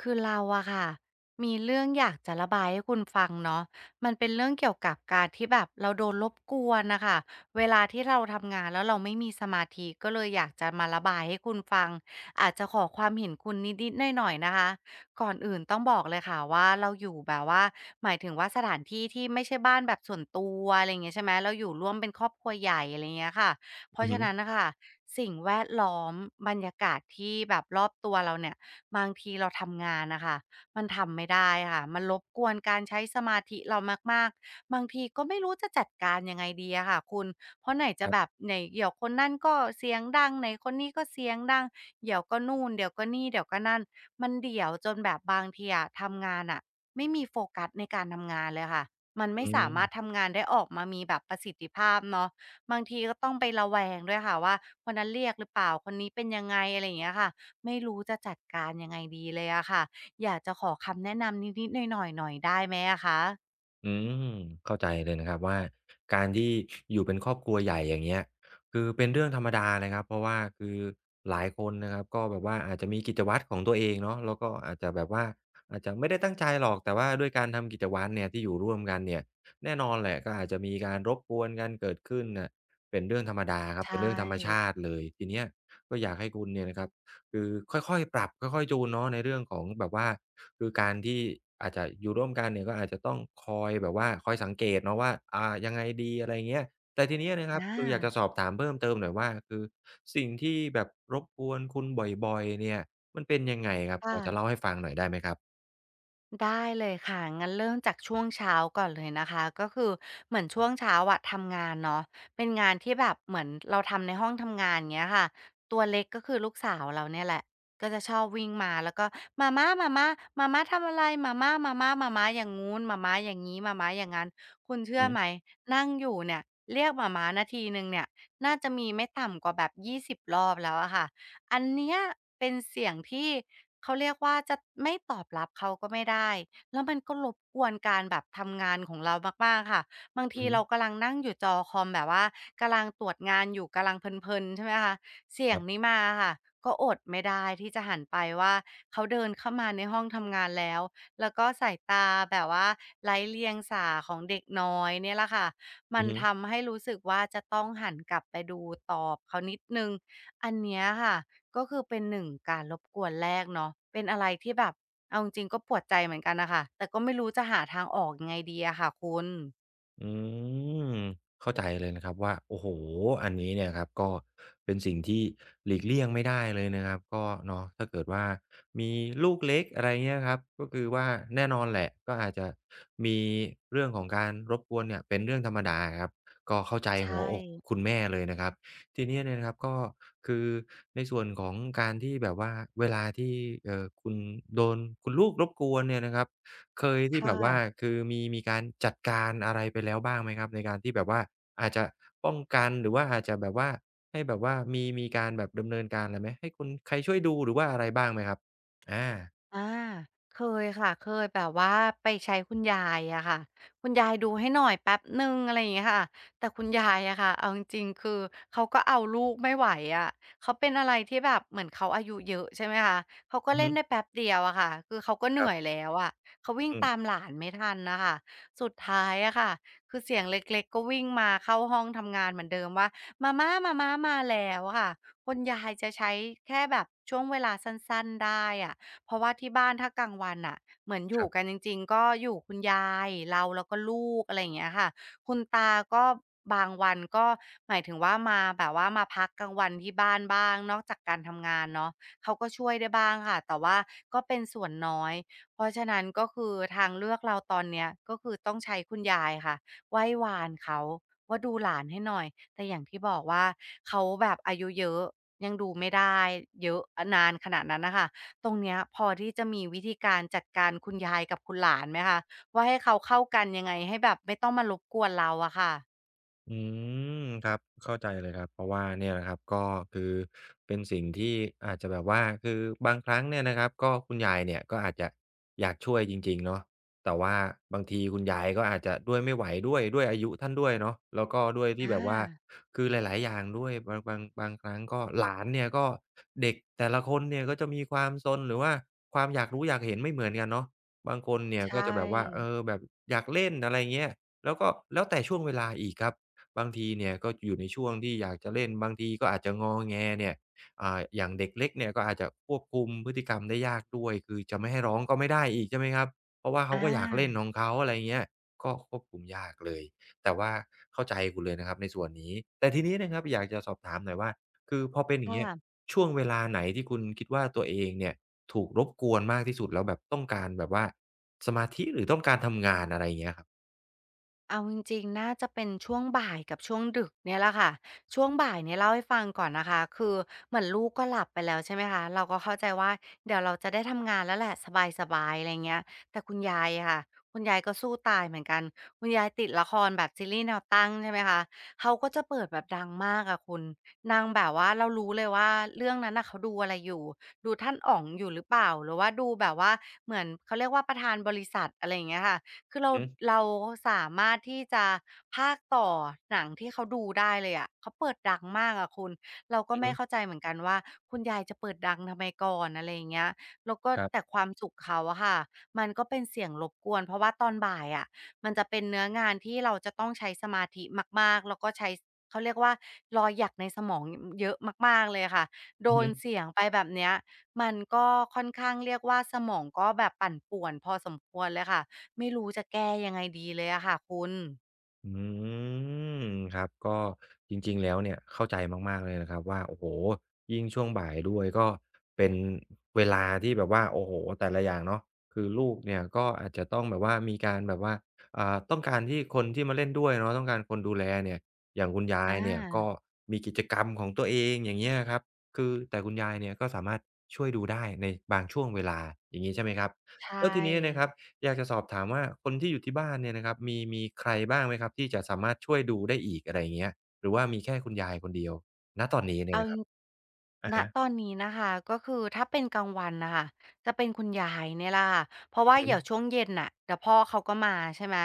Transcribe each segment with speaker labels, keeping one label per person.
Speaker 1: คือเราอะค่ะมีเรื่องอยากจะระบายให้คุณฟังเนาะมันเป็นเรื่องเกี่ยวกับการที่แบบเราโดนรบกวนน่ะค่ะเวลาที่เราทำงานแล้วเราไม่มีสมาธิก็เลยอยากจะมาระบายให้คุณฟังอาจจะขอความเห็นคุณนิดๆหน่อยๆนะคะก่อนอื่นต้องบอกเลยค่ะว่าเราอยู่แบบว่าหมายถึงว่าสถานที่ที่ไม่ใช่บ้านแบบส่วนตัวอะไรอย่างเงี้ยใช่ไหมเราอยู่ร่วมเป็นครอบครัวใหญ่อะไรอย่างเงี้ยค่ะเพ
Speaker 2: อื
Speaker 1: ราะ
Speaker 2: อ
Speaker 1: ฉะ
Speaker 2: ฮึ
Speaker 1: นั้นน่ะค่ะสิ่งแวดล้อมบรรยากาศที่แบบรอบตัวเราเนี่ย บางทีเราทำงานนะคะมันทำไม่ได้ค่ะมันรบกวนการใช้สมาธิเรามากๆบางทีก็ไม่รู้จะจัดการยังไงดีอะค่ะคุณเพราะไหนจะ
Speaker 2: ครั
Speaker 1: แบบ
Speaker 2: บ
Speaker 1: ไหนเดี๋ยวคนนั่นก็เสียงดังไหนคนนี้ก็เสียงดังเดี๋ยวก็นู่นเดี๋ยวก็นี่เดี๋ยวก็นั่นมันเดี่ยวจนแบบบางทีอะทำงานอะไม่มีโฟกัสในการทำงานเลยค่ะมันไม่
Speaker 2: อื
Speaker 1: สามารถ
Speaker 2: ม
Speaker 1: ทำงานได้ออกมามีแบบประสิทธิภาพเนาะบางทีก็ต้องไประแวงด้วยค่ะว่าคนนั้นเรียกหรือเปล่าคนนี้เป็นยังไงอะไรอย่างเงี้ยค่ะ ไม่รู้จะจัดการยังไงดีเลยอะค่ะอยากจะขอคำแนะนำนิดๆหน่อยๆหน่อยได้ไหมอะคะ
Speaker 2: อืมเข้าใจเลยนะครับว่าการที่อยู่เป็นครอบครัวใหญ่อย่างเงี้ยคือเป็นเรื่องธรรมดาเลยครับเพราะว่าคือหลายคนนะครับก็แบบว่าอาจจะมีกิจวัตรของตัวเองเนาะแล้วก็อาจจะแบบว่าอาจจะไม่ได้ตั้งใจหรอกแต่ว่าด้วยการทำกิจวัตรเนี่ยที่อยู่ร่วมกันเนี่ยแน่นอนแหละก็อาจจะมีการรบกวนกันเกิดขึ้นน่ะเป็นเรื่องธรรมดาครับ
Speaker 1: ใช่
Speaker 2: เป็นเรื่องธรรมชาติเลยทีเนี้ยก็อยากให้คุณเนี่ยนะครับ คือค่อยๆปรับค่อยๆจูนเนาะในเรื่องของแบบว่าคือการที่อาจจะอยู่ร่วมกันเนี่ยก็อาจจะต้องคอยแบบว่าคอยสังเกตเนาะว่ายังไงดีอะไรเงี้ยแต่ทีเนี้ยนะค
Speaker 1: อ
Speaker 2: รับคืออยากจะ
Speaker 1: า
Speaker 2: สอบถามเพิ่มเติมหน่อยว่าคือสิ่งที่แบบรบกวนคุณบ่อยๆเนี่ยมันเป็นยังไงครับพอจะ
Speaker 1: ค่ะ
Speaker 2: เล่าให้ฟังหน่อยได้ไหมครับ
Speaker 1: ได้เลยค่ะงั้นเริ่มจากช่วงเช้าก่อนเลยนะคะก็คือเหมือนช่วงเช้าอะทำงานเนาะเป็นงานที่แบบเหมือนเราทำในห้องทำงานเงี้ยค่ะตัวเล็กก็คือลูกสาวเราเนี่ยแหละก็จะชอบวิ่งมาแล้วก็มาม่ามาม่ามาม่าทำอะไรมาม่ามาม่ามาม่าอย่างงู้นมาม่าอย่างนี้มาม่าอย่างนั้นคุณ
Speaker 2: อื
Speaker 1: เชื่
Speaker 2: อ
Speaker 1: อ
Speaker 2: ฮึ
Speaker 1: ไหมนั่งอยู่เนี่ยเรียกมาม่านาทีหนึ่งเนี่ยน่าจะมีไม่ต่ำกว่าแบบ20รอบแล้วอะค่ะอันเนี้ยเป็นเสียงที่ เขาเรียกว่าจะไม่ตอบรับเขาก็ไม่ได้ แล้วมันก็รบกวนการแบบทำงานของเรามากๆค่ะบาง
Speaker 2: อื
Speaker 1: ที
Speaker 2: อฮึ
Speaker 1: เรากำลังนั่งอยู่จอคอมแบบว่ากำลังตรวจงานอยู่กำลังเพลินๆใช่ไหมคะเสีย
Speaker 2: ค
Speaker 1: ง
Speaker 2: รับ
Speaker 1: นี้มาอะค่ะก็อดไม่ได้ที่จะหันไปว่าเขาเดินเข้ามาในห้องทำงานแล้วแล้วก็สายตาแบบว่าไร้เลียงสาของเด็กน้อยเนี่ยแหละค่ะมั
Speaker 2: อือ
Speaker 1: น
Speaker 2: ฮึ
Speaker 1: ทำให้รู้สึกว่าจะต้องหันกลับไปดูตอบเขานิดหนึ่งอันเนี้ยค่ะ ก็คือเป็นหนึ่งการรบกวนแรกเนาะเป็นอะไรที่แบบเอาจริงๆก็ปวดใจเหมือนกันน่ะค่ะแต่ก็ไม่รู้จะหาทางออกยังไงดีอะค่ะคุณ
Speaker 2: อืมเข้าใจเลยนะครับว่าโอ้โฮอันนี้เนี่ยครับก็เป็นสิ่งที่หลีกเลี่ยงไม่ได้เลยนะครับก็เนาะถ้าเกิดว่ามีลูกเล็กอะไรเงี้ยครับก็คือว่าแน่นอนแหละก็อาจจะมีเรื่องของการรบกวนเนี่ยเป็นเรื่องธรรมดาครับก็เข้าใจ
Speaker 1: ใช
Speaker 2: หัว
Speaker 1: ่
Speaker 2: อกคุณแม่เลยนะครับทีเนี้ยเนี่ยนะครับก็คือในส่วนของการที่แบบว่าเวลาที่คุณโดนคุณลูกรบกวนเนี่ยนะครับ เคยที่แบ
Speaker 1: ค่ะ
Speaker 2: บว่าคือมีการจัดการอะไรไปแล้วบ้างไหมครับในการที่แบบว่าอาจจะป้องกันหรือว่าอาจจะแบบว่าให้แบบว่ามีการแบบดำเนินการอะไรไหมให้คุณใครช่วยดูหรือว่าอะไรบ้างไหมครับอา
Speaker 1: อาเคยค่ะเคยแบบว่าไปใช้คุณยายอะค่ะคุณยายดูให้หน่อยแป๊บหนึ่งอะไรอย่างเงี้ยค่ะแต่คุณยายอะค่ะเอาจริงๆคือเขาก็เอาลูกไม่ไหวอะเขาเป็นอะไรที่แบบเหมือนเขาอายุเยอะใช่ไหมคะเขาก็
Speaker 2: อือ
Speaker 1: เล่
Speaker 2: ฮึ
Speaker 1: นได้แป๊บเดียวอะค่ะคือเขาก็เห
Speaker 2: ค
Speaker 1: นื่
Speaker 2: รั
Speaker 1: อย
Speaker 2: บ
Speaker 1: แล้วอะเขาวิ่ง
Speaker 2: อื
Speaker 1: ตาม
Speaker 2: ม
Speaker 1: หลานไม่ทันน่ะค่ะสุดท้ายอะค่ะคือเสียงเล็กๆก็วิ่งมาเข้าห้องทำงานเหมือนเดิมว่ามาม่ามาม้ามาแล้วค่ะคุณยายจะใช้แค่แบบช่วงเวลาสั้นๆได้อะ เพราะว่าที่บ้านถ้ากลางวันน่ะเหมือนอ
Speaker 2: ค
Speaker 1: ยู่
Speaker 2: รั
Speaker 1: กัน
Speaker 2: บ
Speaker 1: จริงๆก็อยู่คุณยายเราแล้วก็ลูกอะไรอย่างเงี้ยค่ะคุณตาก็บางวันก็หมายถึงว่ามาแบบว่ามาพักกลางวันที่บ้านบ้างนอกจากการทำงานเนาะเขาก็ช่วยได้บ้างค่ะแต่ว่าก็เป็นส่วนน้อยเพราะฉะนั้นก็คือทางเลือกเราตอนเนี้ยก็คือต้องใช้คุณยายค่ะไหว้วานเขาว่าดูหลานให้หน่อยแต่อย่างที่บอกว่าเขาแบบอายุเยอะยังดูไม่ได้เยอะนานขนาดนั้นนะคะ ตรงเนี้ยพอที่จะมีวิธีการจัดการคุณยายกับคุณหลานไหมคะว่าให้เขาเข้ากันยังไงให้แบบไม่ต้องมารบกวนเราอะค่ะ
Speaker 2: อืมครับเข้าใจเลยครับเพราะว่าเนี่ยนะครับก็คือเป็นสิ่งที่อาจจะแบบว่าคือบางครั้งเนี่ยนะครับก็คุณยายเนี่ยก็อาจจะอยากช่วยจริงๆเนาะแต่ว่าบางทีคุณยายก็อาจจะด้วยไม่ไหวด้วยอายุท่านด้วยเนาะแล้วก็ด้วยที่
Speaker 1: อา
Speaker 2: แบบว่าคือหลายๆอย่างด้วยบางครั้งก็หลานเนี่ยก็เด็กแต่ละคนเนี่ยก็จะมีความซนหรือว่าความอยากรู้อยากเห็นไม่เหมือนกันเนาะบางคนเนี่ยก็จะ
Speaker 1: ใช่
Speaker 2: แบบว่าเออแบบอยากเล่นอะไรเงี้ยแล้วก็แล้วแต่ช่วงเวลาอีกครับ บางทีเนี่ยก็อยู่ในช่วงที่อยากจะเล่นบางทีก็อาจจะงอแงเนี่ยอย่างเด็กเล็กเนี่ยก็อาจจะควบคุมพฤติกรรมได้ยากด้วยคือจะไม่ให้ร้องก็ไม่ได้อีกใช่ไหมครับเพราะว่าเขา
Speaker 1: อา
Speaker 2: ก็อยากเล่นของเขาอะไรเงี้ยก็ควบคุมยากเลยแต่ว่าเข้าใจคุณเลยนะครับในส่วนนี้แต่ทีนี้นะครับอยากจะสอบถามหน่อยว่าคือพอเป็นอย่างเงี้ย
Speaker 1: ค่ะ
Speaker 2: ช่วงเวลาไหนที่คุณคิดว่าตัวเองเนี่ยถูกรบกวนมากที่สุดแล้วแบบต้องการแบบว่าสมาธิหรือต้องการทำงานอะไรอย่างเงี้ยครับ
Speaker 1: เอาจริงๆ น่าจะเป็นช่วงบ่ายกับช่วงดึกเนี่ยแหละค่ะ ช่วงบ่ายเนี่ยเล่าให้ฟังก่อนนะคะ คือเหมือนลูกก็หลับไปแล้วใช่ไหมคะ เราก็เข้าใจว่าเดี๋ยวเราจะได้ทำงานแล้วแหละสบายๆอะไรเงี้ยแต่คุณยายอะค่ะคุณยายก็สู้ตายเหมือนกันคุณยายติดละครแบบซีรีส์แนวตั้งใช่ไหมคะ เขาก็จะเปิดแบบดังมากอะคุณ นางแบบว่าเรารู้เลยว่าเรื่องนั้นน่ะเขาดูอะไรอยู่ดูท่านอ๋องอยู่หรือเปล่าหรือว่าดูแบบว่าเหมือนเขาเรียกว่าประธานบริษัทอะไรอย่างเงี้ยค่ะ คือเรา
Speaker 2: อือ
Speaker 1: เราสามารถที่จะพากย์ต่อหนังที่เขาดูได้เลยอะเขาเปิดดังมากอะคุณเราก็
Speaker 2: ฮึ
Speaker 1: ไม่เข้าใจเหมือนกันว่าคุณยายจะเปิดดังทำไมก่อนอะไรอย่างเงี้ยแล้วก็
Speaker 2: ๆครั
Speaker 1: แต่
Speaker 2: บ
Speaker 1: ความสุขเขาอะค่ะมันก็เป็นเสียงรบกวนเพราะว่าตอนบ่ายอะมันจะเป็นเนื้องานที่เราจะต้องใช้สมาธิมากๆแล้วก็ใช้เขาเรียกว่ารอยหยักในสมองอเยอะมากๆเลยค่ะโด
Speaker 2: อือ
Speaker 1: น
Speaker 2: ฮึ
Speaker 1: เสียงไปแบบเนี้ยมันก็ค่อนข้างเรียกว่าสมองก็แบบปั่นป่วนพอสมควรเลยค่ะ ไม่รู้จะแก้ยังไงดีเลยอะค่ะคุณ
Speaker 2: อืมครับก็จริงๆแล้วเนี่ยเข้าใจมากๆเลยนะครับว่าโอ้โฮยิ่งช่วงบ่ายด้วยก็เป็นเวลาที่แบบว่าโอ้โฮแต่ละอย่างเนาะคือลูกเนี่ยก็อาจจะต้องแบบว่ามีการแบบว่าต้องการที่คนที่มาเล่นด้วยเนาะต้องการคนดูแลเนี่ยอย่างคุณยาย
Speaker 1: อา
Speaker 2: เนี่ยก็มีกิจกรรมของตัวเองอย่างเงี้ยครับคือแต่คุณยายเนี่ยก็สามารถช่วยดูได้ในบางช่วงเวลาอย่างงี้ใช่ไหมครับ
Speaker 1: ใช
Speaker 2: แล้วทีนี้นะค
Speaker 1: ่
Speaker 2: รับ อยากจะสอบถามว่าคนที่อยู่ที่บ้านเนี่ยนะครับมีใครบ้างไหมครับที่จะสามารถช่วยดูได้อีกอะไรอย่างเงี้ยหรือว่ามีแค่คุณยายคนเดียวณตอนนี้เนี่ย
Speaker 1: เอา
Speaker 2: นะค
Speaker 1: จ
Speaker 2: รับอะ
Speaker 1: ณ
Speaker 2: ฮะ
Speaker 1: ตอนนี้นะคะก็คือถ้าเป็นกลางวันนะค่ะจะเป็นคุณยายเนี่ยละค่ะเพราะว่า
Speaker 2: อือฮึ
Speaker 1: เดี๋ยวช่วงเย็นน่ะเดี๋ยวพ่อเขาก็มาใช่ไหม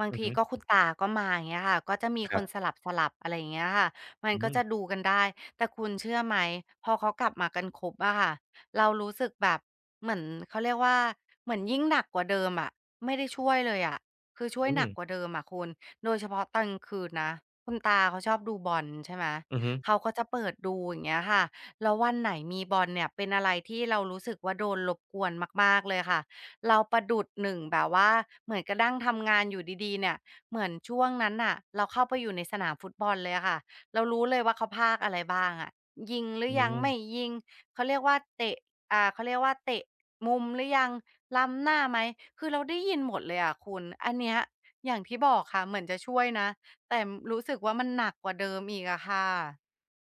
Speaker 1: บาง
Speaker 2: อือ
Speaker 1: ที
Speaker 2: ฮึ
Speaker 1: ก็คุณตาก็มาอย่างเงี้ยค่ะก็จะมี
Speaker 2: ค
Speaker 1: ค
Speaker 2: รั
Speaker 1: นส
Speaker 2: บ
Speaker 1: ลับสลับอะไรอย่างเงี้ยค่ะมัน
Speaker 2: อื
Speaker 1: ก็
Speaker 2: ม
Speaker 1: จะดูกันได้แต่คุณเชื่อไหมพอเขากลับมากันครบอะค่ะเรารู้สึกแบบเหมือนเขาเรียกว่าเหมือนยิ่งหนักกว่าเดิมอะไม่ได้ช่วยเลยอะคือช่วย
Speaker 2: อื
Speaker 1: ห
Speaker 2: ม
Speaker 1: นักกว่าเดิมอะคุณโดยเฉพาะตอนกลางคืนนะคุณตาเขาชอบดูบอลใช่ไหม
Speaker 2: อือฮึ
Speaker 1: เขาก็จะเปิดดูอย่างเงี้ยค่ะ แล้ววันไหนมีบอลเนี่ยเป็นอะไรที่เรารู้สึกว่าโดนรบกวนมากๆเลยค่ะเราประดุจหนึ่งแบบว่าเหมือนกระดั้งทำงานอยู่ดีๆเนี่ยเหมือนช่วงนั้นน่ะเราเข้าไปอยู่ในสนามฟุตบอลเลยอะค่ะเรารู้เลยว่าเขาพากย์อะไรบ้างอะยิงหรือ
Speaker 2: อื
Speaker 1: ยัง
Speaker 2: ม
Speaker 1: ไม่ยิงเขาเรียกว่าเตะเขาเรียกว่าเตะมุมหรือยังล้ำหน้าไหมคือเราได้ยินหมดเลยอะคุณอันเนี้ยอย่างที่บอกค่ะเหมือนจะช่วยนะแต่รู้สึกว่ามันหนักกว่าเดิมอีกอะค่ะ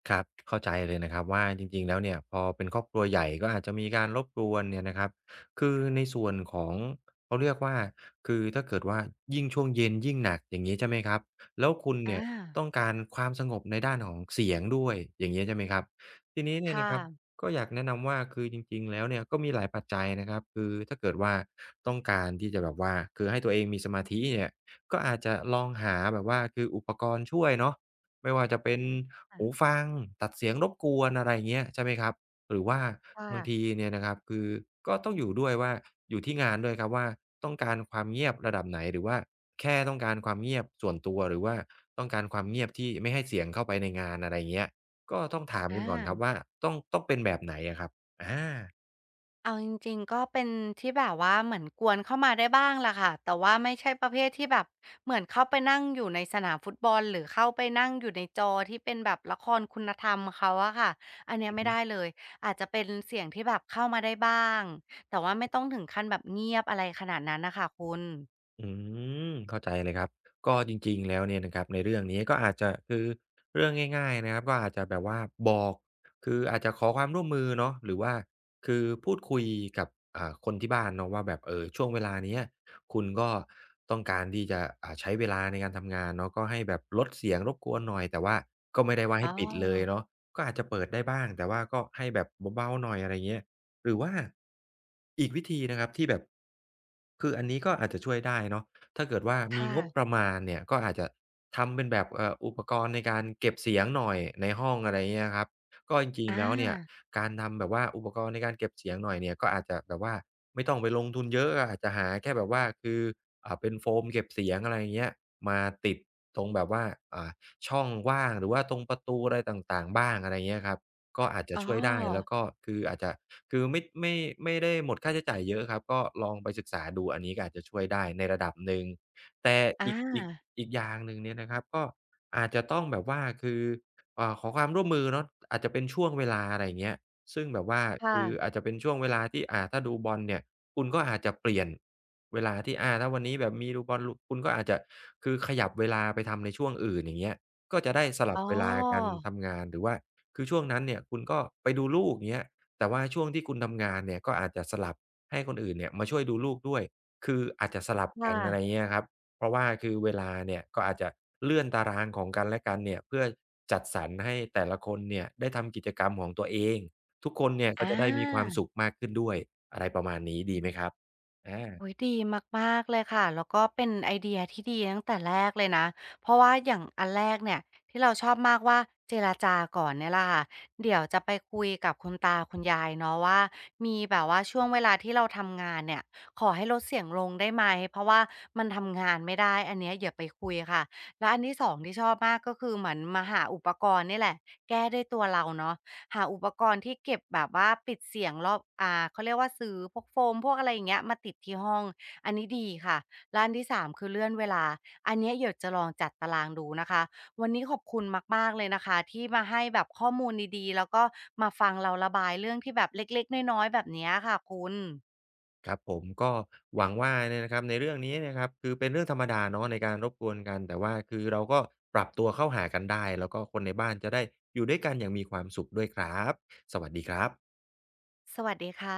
Speaker 2: ครับเข้าใจเลยนะครับว่าจริงๆแล้วเนี่ยพอเป็นครอบครัวใหญ่ก็อาจจะมีการรบกวนเนี่ยนะครับคือในส่วนของเขาเรียกว่าคือถ้าเกิดว่ายิ่งช่วงเย็นยิ่งหนักอย่างงี้ใช่ไหมครับแล้วคุณเนี่ย
Speaker 1: อา
Speaker 2: ต้องการความสงบในด้านของเสียงด้วยอย่างงี้ใช่ไหมครับทีนี้เนี่ย
Speaker 1: ค่ะ
Speaker 2: นะครับก็อยากแนะนำว่าคือจริงๆแล้วเนี่ยก็มีหลายปัจจัยนะครับคือถ้าเกิดว่าต้องการที่จะแบบว่าคือให้ตัวเองมีสมาธิเนี่ยก็อาจจะลองหาแบบว่าคืออุปกรณ์ช่วยเนาะ ไม่ว่าจะเป็นหูฟังตัดเสียงรบกวนอะไรเงี้ยใช่ไหมครับหรือว่าบาง
Speaker 1: ค่ะ
Speaker 2: ทีเนี่ยนะครับคือก็ต้องอยู่ด้วยว่าอยู่ที่งานด้วยครับว่าต้องการความเงียบระดับไหนหรือว่าแค่ต้องการความเงียบส่วนตัวหรือว่าต้องการความเงียบที่ไม่ให้เสียงเข้าไปในงานอะไรเงี้ยก็ต้องถาม
Speaker 1: อ
Speaker 2: คุณก่อนครับ
Speaker 1: า
Speaker 2: ว่าต้องเป็นแบบไหนอะครับอา
Speaker 1: เอาจริงๆ ก็เป็นที่แบบว่าเหมือนกวนเข้ามาได้บ้างแหละค่ะแต่ว่าไม่ใช่ประเภทที่แบบเหมือนเข้าไปนั่งอยู่ในสนามฟุตบอลหรือเข้าไปนั่งอยู่ในจอที่เป็นแบบละครคุณธรรมเขาอะค่ะอันเนี้ย
Speaker 2: อือ
Speaker 1: ไม่
Speaker 2: ฮึ
Speaker 1: ได้เลยอาจจะเป็นเสียงที่แบบเข้ามาได้บ้าง แต่ว่าไม่ต้องถึงขั้นแบบเงียบอะไรขนาดนั้นน่ะค่ะคุณ
Speaker 2: อืมเข้าใจเลยครับก็จริงๆแล้วเนี่ยนะครับในเรื่องนี้ก็อาจจะคือเรื่องง่ายๆนะครับก็อาจจะแบบว่าบอกคืออาจจะขอความร่วมมือเนาะหรือว่าคือพูดคุยกับคนที่บ้านเนาะว่าแบบช่วงเวลาเนี้ยคุณก็ต้องการที่จะใช้เวลาในการทำงานเนาะก็ให้แบบลดเสียงรบกวนหน่อยแต่ว่าก็ไม่ได้ว่า
Speaker 1: อ๋อ
Speaker 2: ให้ปิดเลยเนาะก็อาจจะเปิดได้บ้างแต่ว่าก็ให้แบบเบาๆหน่อยอะไรเงี้ย หรือว่าอีกวิธีนะครับที่แบบคืออันนี้ก็อาจจะช่วยได้เนาะถ้าเกิดว่ามี
Speaker 1: ค่ะ
Speaker 2: งบประมาณเนี่ยก็อาจจะทำเป็นแบบอุปกรณ์ในการเก็บเสียงหน่อยในห้องอะไรอย่างเงี้ยครับก็จริงๆ
Speaker 1: อา
Speaker 2: แล้วเนี่ยการทำแบบว่าอุปกรณ์ในการเก็บเสียงหน่อยเนี่ยก็อาจจะแบบว่าไม่ต้องไปลงทุนเยอะก็อาจจะหาแค่แบบว่าคือเป็นโฟมเก็บเสียงอะไรอย่างเงี้ยมาติดตรงแบบว่าอ่าช่องว่างหรือว่าตรงประตูอะไรต่างๆบ้างอะไรอย่างเงี้ยครับก็อาจจะ
Speaker 1: อ๋
Speaker 2: ช่วยได้แล้ว
Speaker 1: อ
Speaker 2: ก็คืออาจจะ คือไม่ได้หมดค่าใช้จ่ายเยอะครับก็ลองไปศึกษาดูอันนี้ก็อาจจะช่วยได้ในระดับหนึ่งแต่
Speaker 1: อ
Speaker 2: อีกอีก
Speaker 1: า
Speaker 2: อีกอย่างหนึ่งเนี่ยนะครับก็อาจจะต้องแบบว่าคือขอความร่วมมือเนาะอาจจะเป็นช่วงเวลาอะไรอย่างเงี้ยซึ่งแบบว่าคือ
Speaker 1: ค่ะ
Speaker 2: อาจจะเป็นช่วงเวลาที่ถ้าดูบอลเนี่ยคุณก็อาจจะเปลี่ยนเวลาที่อาถ้าวันนี้แบบมีดูบอลลุคุณก็อาจจะคือขยับเวลาไปทำในช่วงอื่นอย่างเงี้ยก็จะได้สลั
Speaker 1: อ๋
Speaker 2: บ
Speaker 1: อ
Speaker 2: เวลากันทำงานหรือว่าคือช่วงนั้นเนี่ยคุณก็ไปดูลูกอย่างเงี้ย แต่ว่าช่วงที่คุณทำงานเนี่ยก็อาจจะสลับให้คนอื่นเนี่ยมาช่วยดูลูกด้วยคืออาจจะสลับกั
Speaker 1: ค่ะ
Speaker 2: นอะไรเงี้ยครับเพราะว่าคือเวลาเนี่ยก็อาจจะเลื่อนตารางของกันและกันเนี่ยเพื่อจัดสรรให้แต่ละคนเนี่ยได้ทำกิจกรรมของตัวเองทุกคนเนี่ยก็
Speaker 1: อา
Speaker 2: จะได้มีความสุขมากขึ้นด้วยอะไรประมาณนี้ดีไหมครับอา
Speaker 1: โอ้ยดีมากๆเลยค่ะแล้วก็เป็นไอเดียที่ดีตั้งแต่แรกเลยนะเพราะว่าอย่างอันแรกเนี่ยที่เราชอบมากว่าเจรจาก่อนเนี่ยแหละค่ะเดี๋ยวจะไปคุยกับคุณตาคุณยายเนาะว่ามีแบบว่าช่วงเวลาที่เราทำงานเนี่ยขอให้ลดเสียงลงได้ไหมเพราะว่ามันทำงานไม่ได้อันเนี้ยอย่าไปคุยค่ะแล้วอันที่สองที่ชอบมากก็คือเหมือนมาหาอุปกรณ์นี่แหละแก้ด้วยตัวเราเนาะ หาอุปกรณ์ที่เก็บแบบว่าปิดเสียงรอบอ่าเขาเรียกว่าซื้อพวกโฟมพวกอะไรอย่างเงี้ยมาติดที่ห้องอันนี้ดีค่ะแล้าอันที่3คือเลื่อนเวลาอันเนี้ยเดี๋ยวจะลองจัดตารางดูนะคะวันนี้ขอบคุณมากๆเลยนะคะที่มาให้แบบข้อมูลดีๆแล้วก็มาฟังเราระบายเรื่องที่แบบเล็กๆน้อยๆแบบเนี้ยค่ะคุณ
Speaker 2: ครับผมก็หวังว่าเนี่ยนะครับในเรื่องนี้เนะครับคือเป็นเรื่องธรรมดาเนาะในการรบกวนกันแต่ว่าคือเราก็ปรับตัวเข้าหากันได้แล้วก็คนในบ้านจะได้อยู่ด้วยกันอย่างมีความสุขด้วยครับสวัสดีครับ
Speaker 1: สวัสดีค่ะ